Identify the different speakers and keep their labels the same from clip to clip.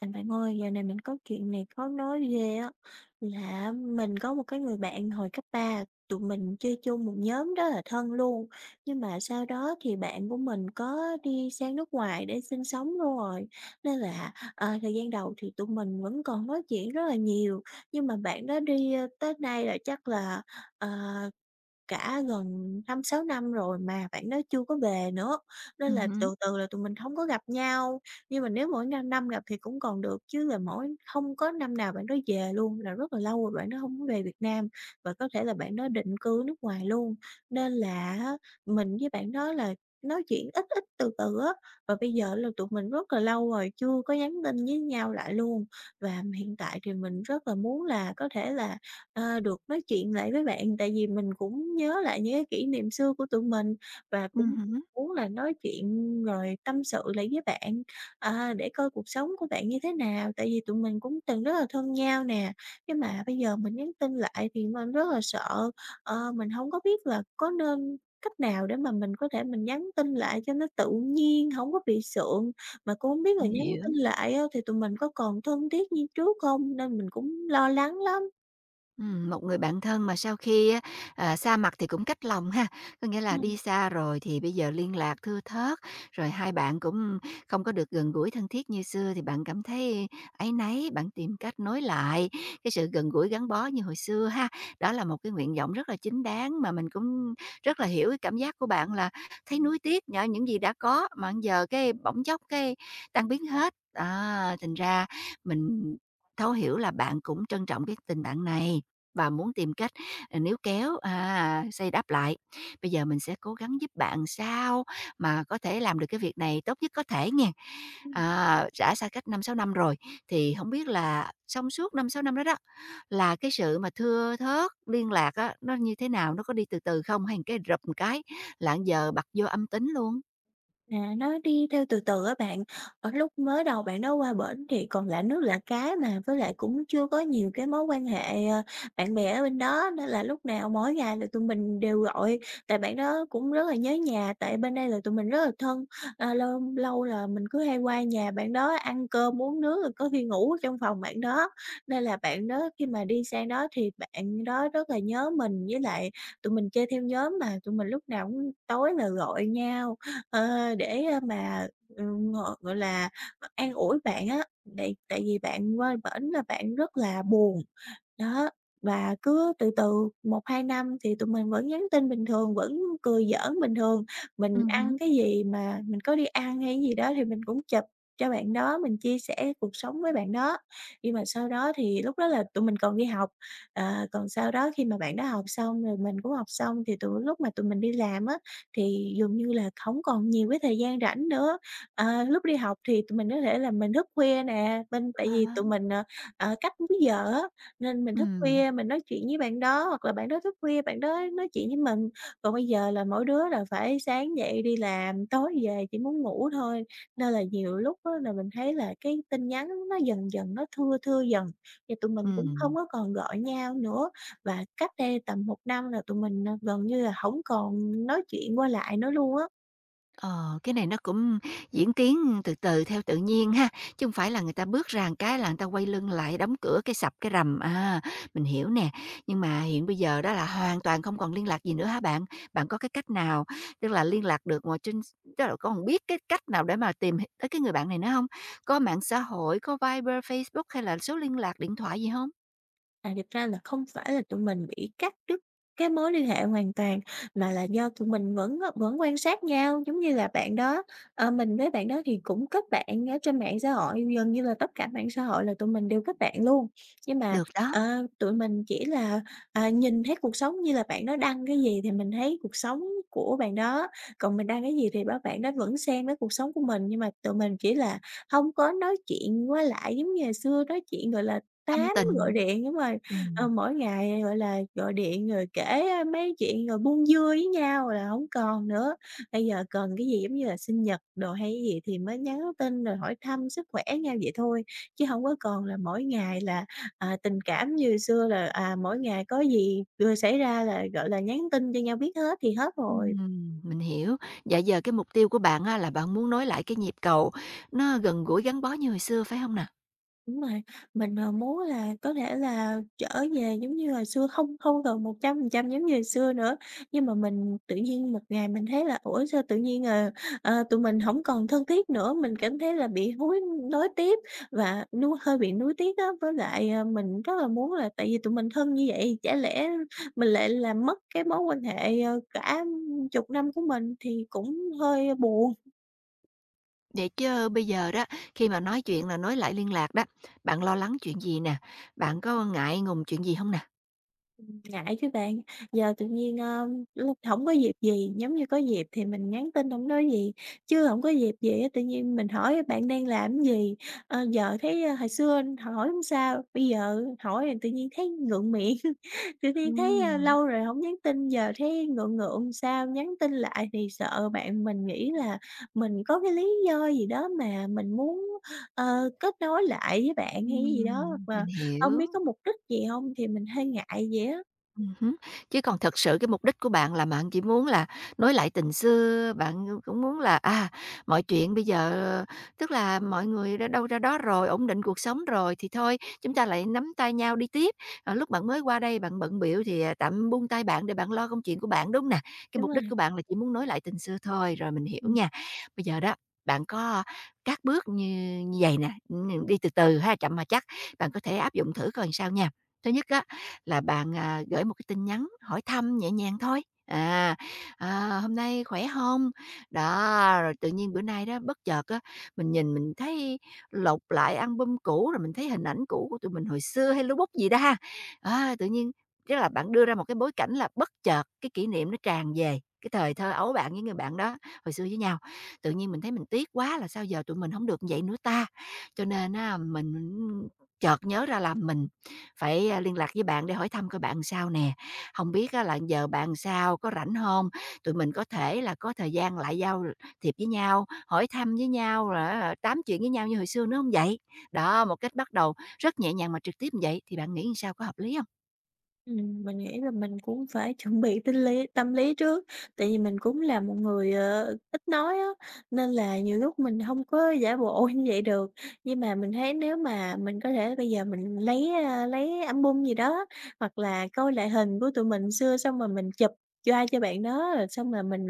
Speaker 1: À, bạn ơi, giờ này mình có chuyện này khó nói ghê á, là mình có một cái người bạn hồi cấp 3 tụi mình chơi chung một nhóm rất là thân luôn. Nhưng mà sau đó thì bạn của mình có đi sang nước ngoài để sinh sống rồi, nên là, thời gian đầu thì tụi mình vẫn còn nói chuyện rất là nhiều, nhưng mà bạn đó đi, tới nay là chắc là, ờ cả gần 5 sáu năm rồi mà bạn đó chưa có về nữa,
Speaker 2: Ừ,
Speaker 1: nên là
Speaker 2: hứm.
Speaker 1: từ từ là tụi mình không có gặp nhau. Nhưng mà nếu mỗi năm năm gặp thì cũng còn được, chứ là mỗi không có năm nào bạn đó về luôn, là rất là lâu rồi bạn đó không có về Việt Nam và có thể là bạn đó định cư nước ngoài luôn. Nên là á, mình với bạn đó là nói chuyện ít ít, từ từ á, và bây giờ là tụi mình rất là lâu rồi chưa có nhắn tin với nhau lại luôn. Và hiện tại thì mình rất là muốn là có thể là được nói chuyện lại với bạn, tại vì mình cũng nhớ lại những cái kỷ niệm xưa của tụi mình và
Speaker 2: Ừm
Speaker 1: cũng
Speaker 2: hứm.
Speaker 1: muốn là nói chuyện rồi tâm sự lại với bạn, à, để coi cuộc sống của bạn như thế nào. Tại vì tụi mình cũng từng rất là thân nhau nè, nhưng mà bây giờ mình nhắn tin lại thì mình rất là sợ, mình không có biết là có nên cách nào để mà mình có thể mình nhắn tin lại cho nó tự nhiên, không có bị sượng. Mà cũng hông biết là
Speaker 2: Mình
Speaker 1: nhắn tin
Speaker 2: hiểu.
Speaker 1: lại á thì tụi mình có còn thân thiết như trước không, nên mình cũng lo lắng lắm.
Speaker 2: Một người bạn thân mà sau khi á, xa mặt thì cũng cách lòng ha, có nghĩa là đi
Speaker 1: Ừm.
Speaker 2: xa rồi thì bây giờ liên lạc thưa thớt, rồi hai bạn cũng không có được gần gũi thân thiết như xưa thì bạn cảm thấy áy náy, bạn tìm cách nối lại cái sự gần gũi gắn bó như hồi xưa ha. Đó là một cái nguyện vọng rất là chính đáng mà mình cũng rất là hiểu cái cảm giác của bạn là thấy nuối tiếc nhờ những gì đã có mà giờ cái bỗng chốc cái tan biến hết. À, thành ra mình thấu hiểu là bạn cũng trân trọng cái tình bạn này và muốn tìm cách, níu kéo, xây đắp lại. Bây giờ mình sẽ cố gắng giúp bạn sao mà có thể làm được cái việc này tốt nhất có thể nha.
Speaker 1: Ừm,
Speaker 2: À, đã xa cách 5-6 năm rồi, thì không biết là trong suốt 5-6 năm đó đó, là cái sự mà thưa thớt liên lạc á, nó như thế nào? Nó có đi từ từ không? Hay một cái rập một cái là giờ bật vô âm tính luôn?
Speaker 1: à, nó đi theo từ từ á bạn. Ở lúc mới đầu bạn đó qua bển thì còn lạ nước lạ cái mà, với lại cũng chưa có nhiều cái mối quan hệ, bạn bè ở bên đó, nên là lúc nào mỗi ngày là tụi mình đều gọi, tại bạn đó cũng rất là nhớ nhà, tại bên đây là tụi mình rất là thân. À, lâu lâu là mình cứ hay qua nhà bạn đó ăn cơm, uống nước, rồi có khi ngủ ở trong phòng bạn đó, nên là bạn đó khi mà đi sang đó thì bạn đó rất là nhớ mình, với lại tụi mình chơi theo nhóm mà, tụi mình lúc nào cũng tối là gọi nhau. Gọi gọi là, an ủi bạn á, tại tại vì bạn qua bển là bạn rất là buồn, đó, và cứ từ từ một 2 năm thì tụi mình vẫn nhắn tin bình thường, vẫn cười giỡn bình thường. Mình
Speaker 2: Hứm.
Speaker 1: ăn cái gì mà mình có đi ăn hay gì đó thì mình cũng chụp cho bạn đó, mình chia sẻ cuộc sống với bạn đó. Nhưng mà sau đó thì lúc đó là tụi mình còn đi học, còn sau đó khi mà bạn đó học xong rồi mình cũng học xong thì tụi lúc mà tụi mình đi làm á, thì dường như là không còn nhiều cái thời gian rảnh nữa. Ờ, lúc đi học thì tụi mình có thể là mình thức khuya nè, bên tại vì tụi
Speaker 2: À,
Speaker 1: mình, cách múi giờ á, nên mình thức
Speaker 2: ừm,
Speaker 1: khuya mình nói chuyện với bạn đó, hoặc là bạn đó thức khuya bạn đó nói chuyện với mình. Còn bây giờ là mỗi đứa là phải sáng dậy đi làm, tối về chỉ muốn ngủ thôi, nên là nhiều lúc á là mình thấy là cái tin nhắn nó dần dần nó thưa thưa dần, và tụi mình cũng không
Speaker 2: ừm.
Speaker 1: có còn gọi nhau nữa. Và cách đây tầm một năm là tụi mình, à, gần như là không còn nói chuyện qua lại nữa luôn á.
Speaker 2: Ờ, cái này nó cũng diễn tiến từ từ theo tự nhiên ha, chứ không phải là người ta bước ra một cái là người ta quay lưng lại, đóng cửa cái sập cái rầm, mình hiểu nè. Nhưng mà hiện bây giờ đó là hoàn toàn không còn liên lạc gì nữa hả bạn? Bạn có cái cách nào, tức là liên lạc được ngoài trên s tức là còn biết cái cách nào để mà tìm tới cái người bạn này nữa không? Có mạng xã hội, có Viber, Facebook hay là số liên lạc, điện thoại gì không?
Speaker 1: À, thực ra là không phải là tụi mình bị cắt đứt cái mối liên hệ hoàn toàn, mà là do tụi mình vẫn vẫn quan sát nhau. Giống như là bạn đó, mình với bạn đó thì cũng kết bạn ở trên mạng xã hội, gần như là tất cả mạng xã hội là tụi mình đều kết bạn luôn. Nhưng mà,
Speaker 2: Được đó,
Speaker 1: tụi mình chỉ là, à, nhìn thấy cuộc sống như là bạn đó đăng cái gì thì mình thấy cuộc sống của bạn đó, còn mình đăng cái gì thì bạn đó vẫn xen với cuộc sống của mình. Nhưng mà tụi mình chỉ là không có nói chuyện qua lại giống như ngày xưa nói chuyện, gọi là,
Speaker 2: tâm
Speaker 1: tám, gọi
Speaker 2: tình,
Speaker 1: điện đúng rồi. Ờ,
Speaker 2: ừm.
Speaker 1: mỗi ngày, gọi là, gọi điện rồi kể, a, mấy chuyện rồi buông dưa với nhau là không còn nữa. Bây giờ cần cái gì giống như là sinh nhật đồ hay cái gì thì mới nhắn tin rồi hỏi thăm sức khỏe nhau vậy thôi, chứ không có còn là mỗi ngày là, à, tình cảm như xưa là, à, mỗi ngày có gì vừa xảy ra là, gọi là, nhắn tin cho nhau biết hết thì hết rồi.
Speaker 2: Mình hiểu. Dạ giờ cái mục tiêu của bạn á là bạn muốn nối lại cái nhịp cầu nó gần gũi gắn bó như hồi xưa, phải không nè?
Speaker 1: Đúng rồi, mình, muốn là có thể là trở về giống như hồi xưa, không không còn 100% giống như hồi xưa nữa. Nhưng mà mình tự nhiên một ngày mình thấy là "Ủa, sao tự nhiên, tụi mình không còn thân thiết nữa?" Mình cảm thấy là bị hối nối tiếc và nuối hơi bị nuối tiếc á. Với lại, mình rất là muốn là tại vì tụi mình thân như vậy, chả lẽ mình lại làm mất cái mối quan hệ, cả chục năm của mình thì cũng hơi buồn.
Speaker 2: Vậy chớ bây giờ đó, khi mà nói chuyện là nối lại liên lạc đó, bạn lo lắng chuyện gì nè? Bạn có ngại ngùng chuyện gì không nè?
Speaker 1: Ngại chứ bạn, giờ tự nhiên, lúc hổng có dịp gì, giống như có dịp thì mình nhắn tin không nói gì, chứ không có dịp gì á, tự nhiên mình hỏi "Bạn đang làm cái gì?" Ờ, giờ thấy, hồi xưa hỏi không sao, bây giờ hỏi thì tự nhiên thấy ngượng miệng, tự nhiên thấy,
Speaker 2: Ừm,
Speaker 1: lâu rồi không nhắn tin, giờ thấy ngượng ngượng sao, nhắn tin lại thì sợ bạn mình nghĩ là mình có cái lý do gì đó mà mình muốn, kết nối lại với bạn hay gì đó,
Speaker 2: ừm,
Speaker 1: hoặc
Speaker 2: mình
Speaker 1: là hông
Speaker 2: hiểu.
Speaker 1: biết có mục đích gì không thì mình hơi ngại vậy á.
Speaker 2: Hứm. Chứ còn thật sự cái mục đích của bạn là bạn chỉ muốn là nối lại tình xưa, bạn cũng muốn là, mọi chuyện bây giờ tức là mọi người đã đâu ra đó rồi, ổn định cuộc sống rồi thì thôi, chúng ta lại nắm tay nhau đi tiếp. Lúc bạn mới qua đây bạn bận biểu thì, tạm buông tay bạn để bạn lo công chuyện của bạn, đúng nè? Cái
Speaker 1: Đúng
Speaker 2: mục đích
Speaker 1: rồi,
Speaker 2: của bạn là chỉ muốn nối lại tình xưa thôi, rồi mình hiểu
Speaker 1: ừm.
Speaker 2: nha. Bây giờ đó, bạn có các bước như như vầy nè, đi từ từ ha, chậm mà chắc, bạn có thể áp dụng thử coi sao nha. Thứ nhất á, là bạn, gửi một cái tin nhắn hỏi thăm nhẹ nhàng thôi, "Hôm nay khỏe không?" Đó, rồi tự nhiên bữa nay đó bất chợt á, mình thấy lục lại album cũ, rồi mình thấy hình ảnh cũ của tụi mình hồi xưa hay lú bút gì đó ha. Á, tự nhiên tức là bạn đưa ra một cái bối cảnh là bất chợt cái kỷ niệm nó tràn về, cái thời thơ ấu bạn với người bạn đó hồi xưa với nhau. Tự nhiên mình thấy mình tiếc quá là sao giờ tụi mình không được như vậy nữa ta? Cho nên á, mình chợt nhớ ra là mình phải, liên lạc với bạn để hỏi thăm coi bạn sao nè. Không biết á là giờ bạn sao, có rảnh không? Tụi mình có thể là có thời gian lại giao thiệp với nhau, hỏi thăm với nhau, rồi á tám chuyện với nhau như hồi xưa nữa không vậy? Đó, một cách bắt đầu rất nhẹ nhàng mà trực tiếp như vậy thì bạn nghĩ sao, có hợp lý không?
Speaker 1: Mình nghĩ là mình cũng phải chuẩn bị tinh lý tâm lý trước, tại vì mình cũng là một người, ít nói á, nên là nhiều lúc mình không có giả bộ như vậy được. Nhưng mà mình thấy nếu mà mình có thể bây giờ mình lấy, a, lấy album gì đó, hoặc là coi lại hình của tụi mình xưa xong rồi mình chụp choa cho bạn đó, rồi xong rồi mình,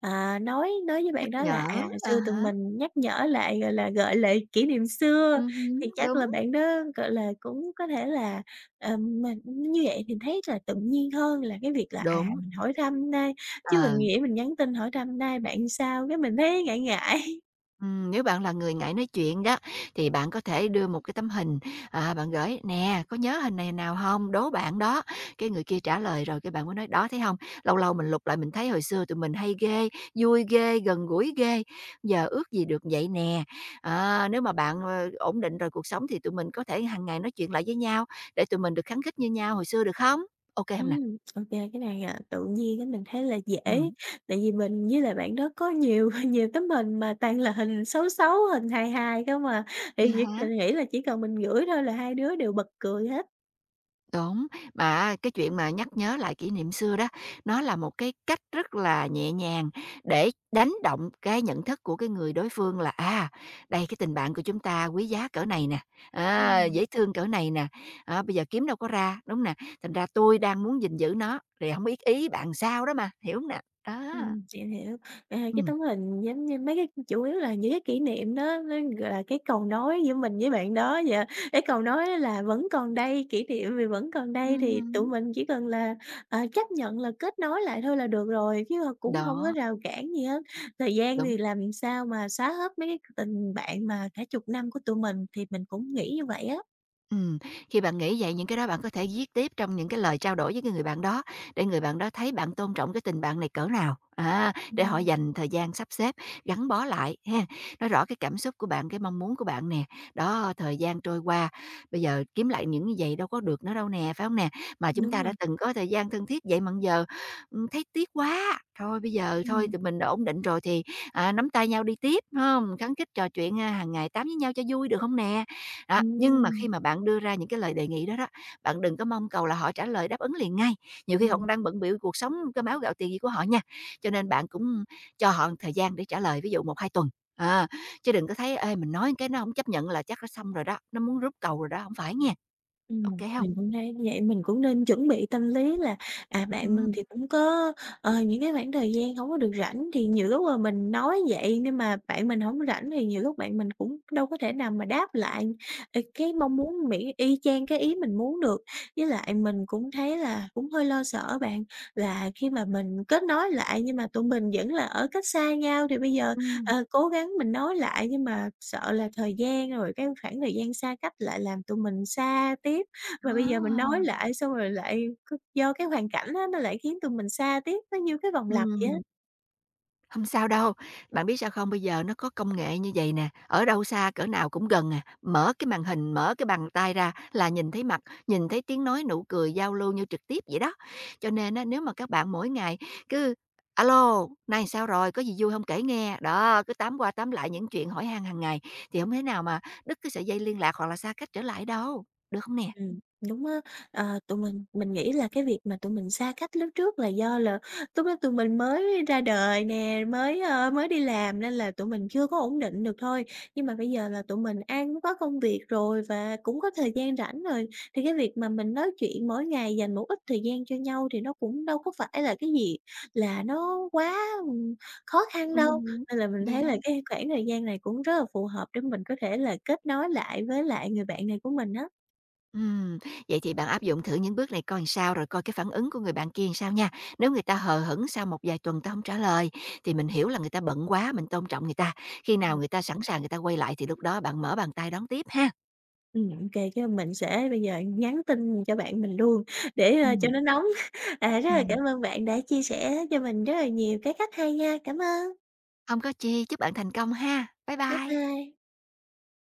Speaker 1: à, nói với
Speaker 2: Nhắc
Speaker 1: bạn đó là,
Speaker 2: nhở,
Speaker 1: à,
Speaker 2: à
Speaker 1: xưa tụi
Speaker 2: há,
Speaker 1: mình nhắc nhở lại, gọi là, gợi lại kỷ niệm xưa,
Speaker 2: ừm,
Speaker 1: thì chắc
Speaker 2: đúng,
Speaker 1: là bạn đó, gọi là, cũng có thể là. Mình như vậy thì thấy là tự nhiên hơn là cái việc là, à,
Speaker 2: đúng,
Speaker 1: mình hỏi thăm đây chứ
Speaker 2: ờ.
Speaker 1: mình nghĩ mình nhắn tin hỏi thăm đây bạn sao cái mình thấy ngại ngại.
Speaker 2: Nếu bạn là người ngại nói chuyện đó, thì bạn có thể đưa một cái tấm hình, bạn gửi: "Nè, có nhớ hình này nào không? Đố bạn đó." Cái người kia trả lời rồi cái bạn mới nói: "Đó, thấy không? Lâu lâu mình lục lại mình thấy hồi xưa tụi mình hay ghê, vui ghê, gần gũi ghê, giờ ước gì được vậy nè." Nếu mà bạn, ổn định rồi cuộc sống thì tụi mình có thể hàng ngày nói chuyện lại với nhau để tụi mình được khắng khích như nhau hồi xưa, được không? OK không nè?
Speaker 1: Ô kê, cái này, à, tự nhiên á, mình thấy là dễ,
Speaker 2: Ừm.
Speaker 1: tại vì mình với lại bạn đó có nhiều nhiều tấm hình mà toàn là hình xấu xấu, hình hài hài không à, thì việc
Speaker 2: À
Speaker 1: mình nghĩ là chỉ cần mình gửi thôi là hai đứa đều bật cười hết.
Speaker 2: Đúng, mà cái chuyện mà nhắc nhớ lại kỷ niệm xưa đó, nó là một cái cách rất là nhẹ nhàng để đánh động cái nhận thức của cái người đối phương là, đây cái tình bạn của chúng ta quý giá cỡ này nè,
Speaker 1: Ừm.
Speaker 2: dễ thương cỡ này nè, bây giờ kiếm đâu có ra, đúng nè, thành ra tôi đang muốn gìn giữ nó, rồi hổng biết ý bạn sao đó mà, hiểu hông nè? Đó,
Speaker 1: Chị hiểu. À, cái
Speaker 2: ừm.
Speaker 1: tấm hình giống như mấy cái chủ yếu là những cái kỷ niệm đó, nó, gọi là, cái cầu nối giữa mình với bạn đó vậy. Cái cầu nối đó là vẫn còn đây, kỷ niệm vì vẫn còn đây thì
Speaker 2: Ừm.
Speaker 1: tụi mình chỉ cần là, à, chấp nhận là kết nối lại thôi là được rồi, chứ h cũng không có
Speaker 2: Đó,
Speaker 1: rào cản gì hết. Thời gian
Speaker 2: đúng.
Speaker 1: thì làm sao mà xóa hết mấy cái tình bạn mà cả chục năm của tụi mình thì mình cũng nghĩ như vậy á.
Speaker 2: Ừm, khi bạn nghĩ vậy những cái đó bạn có thể viết tiếp trong những cái lời trao đổi với cái người bạn đó, để người bạn đó thấy bạn tôn trọng cái tình bạn này cỡ nào, để họ
Speaker 1: Ừm,
Speaker 2: dành thời gian sắp xếp, gắn bó lại ha. Nói rõ cái cảm xúc của bạn, cái mong muốn của bạn nè. Đó, thời gian trôi qua, bây giờ kiếm lại những như vậy đâu có được nữa đâu nè, phải không nè? Mà chúng ta
Speaker 1: đúng
Speaker 2: đã
Speaker 1: rồi.
Speaker 2: từng có thời gian thân thiết vậy mà giờ, thấy tiếc quá, thôi bây giờ
Speaker 1: Ừ,
Speaker 2: thôi tụi mình đã ổn định rồi thì, nắm tay nhau đi tiếp, phải không? Khắng khít trò chuyện, hàng ngày tám với nhau cho vui được không nè? Đó, nhưng mà khi
Speaker 1: ừ,
Speaker 2: mà bạn đưa ra những cái lời đề nghị đó đó, bạn đừng có mong cầu là họ trả lời đáp ứng liền ngay, nhiều khi họ
Speaker 1: ừm.
Speaker 2: cũng đang bận bịu cuộc sống cơm áo gạo tiền gì của họ nha. Cho nên bạn cũng cho họ thời gian để trả lời, ví dụ 1-2 tuần, chứ đừng có thấy, ê, mình nói cái nó hổng chấp nhận là chắc nó xong rồi đó, nó muốn rút cầu rồi đó, không phải nghen, ok
Speaker 1: Ừm,
Speaker 2: không? Hông?
Speaker 1: mình cũng thấy như vậy, mình cũng nên chuẩn bị tâm lý là, à, bạn mình
Speaker 2: Ừm,
Speaker 1: thì cũng có, những cái khoảng thời gian không có được rảnh, thì nhiều lúc mà mình nói vậy nhưng mà bạn mình hổng rảnh thì nhiều lúc bạn mình cũng đâu có thể nào mà đáp lại, cái mong muốn mỹ y chang cái ý mình muốn được. Với lại mình cũng thấy là cũng hơi lo sợ bạn, là khi mà mình kết nối lại nhưng mà tụi mình vẫn là ở cách xa nhau thì bây giờ. Ờ, cố gắng mình nói lại nhưng mà sợ là thời gian rồi cái khoảng thời gian xa cách lại làm tụi mình xa tiếp. Mà bây giờ mình
Speaker 2: đó,
Speaker 1: nói lại xong rồi lại do cái hoàn cảnh á, nó lại khiến tụi mình xa tiếp, nó như cái vòng lặp vậy.
Speaker 2: ừm. Không sao đâu, bạn biết sao không? Bây giờ nó có công nghệ như vậy nè, ở đâu xa cỡ nào cũng gần à, mở cái màn hình, mở cái bàn tay ra là nhìn thấy mặt, nhìn thấy tiếng nói, nụ cười, giao lưu như trực tiếp vậy đó. Cho nên á, nếu mà các bạn mỗi ngày cứ alo lô, nay sao rồi? Có gì vui không kể nghe?" Đó, cứ tám qua tám lại những chuyện hỏi han hàng ngày, thì không thế nào mà đứt cái sợi dây liên lạc hoặc là xa cách trở lại đâu, được không nè?
Speaker 1: Ừm, đúng á. Ờ, tụi mình nghĩ là cái việc mà tụi mình xa cách lúc trước là do là lúc đó tụi mình mới ra đời nè, mới, mới đi làm nên là tụi mình chưa có ổn định được thôi. Nhưng mà bây giờ là tụi mình ai cũng có công việc rồi và cũng có thời gian rảnh rồi, thì cái việc mà mình nói chuyện mỗi ngày dành một ít thời gian cho nhau thì nó cũng đâu có phải là cái gì là nó quá, ừm, khó khăn đâu.
Speaker 2: Ừm,
Speaker 1: Nên là mình thấy là
Speaker 2: yeah.
Speaker 1: cái khoảng thời gian này cũng rất là phù hợp để mình có thể là kết nối lại với lại người bạn này của mình á.
Speaker 2: Ừm, vậy thì bạn áp dụng thử những bước này coi làm sao, rồi coi cái phản ứng của người bạn kia làm sao nha. Nếu người ta hờ hững sau một vài tuần ta không trả lời, thì mình hiểu là người ta bận quá, mình tôn trọng người ta. Khi nào người ta sẵn sàng người ta quay lại thì lúc đó bạn mở bàn tay đón tiếp ha.
Speaker 1: Ô, cái mình sẽ bây giờ nhắn tin cho bạn mình luôn để, cho
Speaker 2: Ừm.
Speaker 1: nó nóng. À, rất là
Speaker 2: Ừm.
Speaker 1: cảm ơn bạn đã chia sẻ cho mình rất là nhiều cái cách hay nha. Cảm ơn.
Speaker 2: Hông có chi, chúc bạn thành công ha. Bye
Speaker 1: Bye
Speaker 2: bye.
Speaker 1: bye.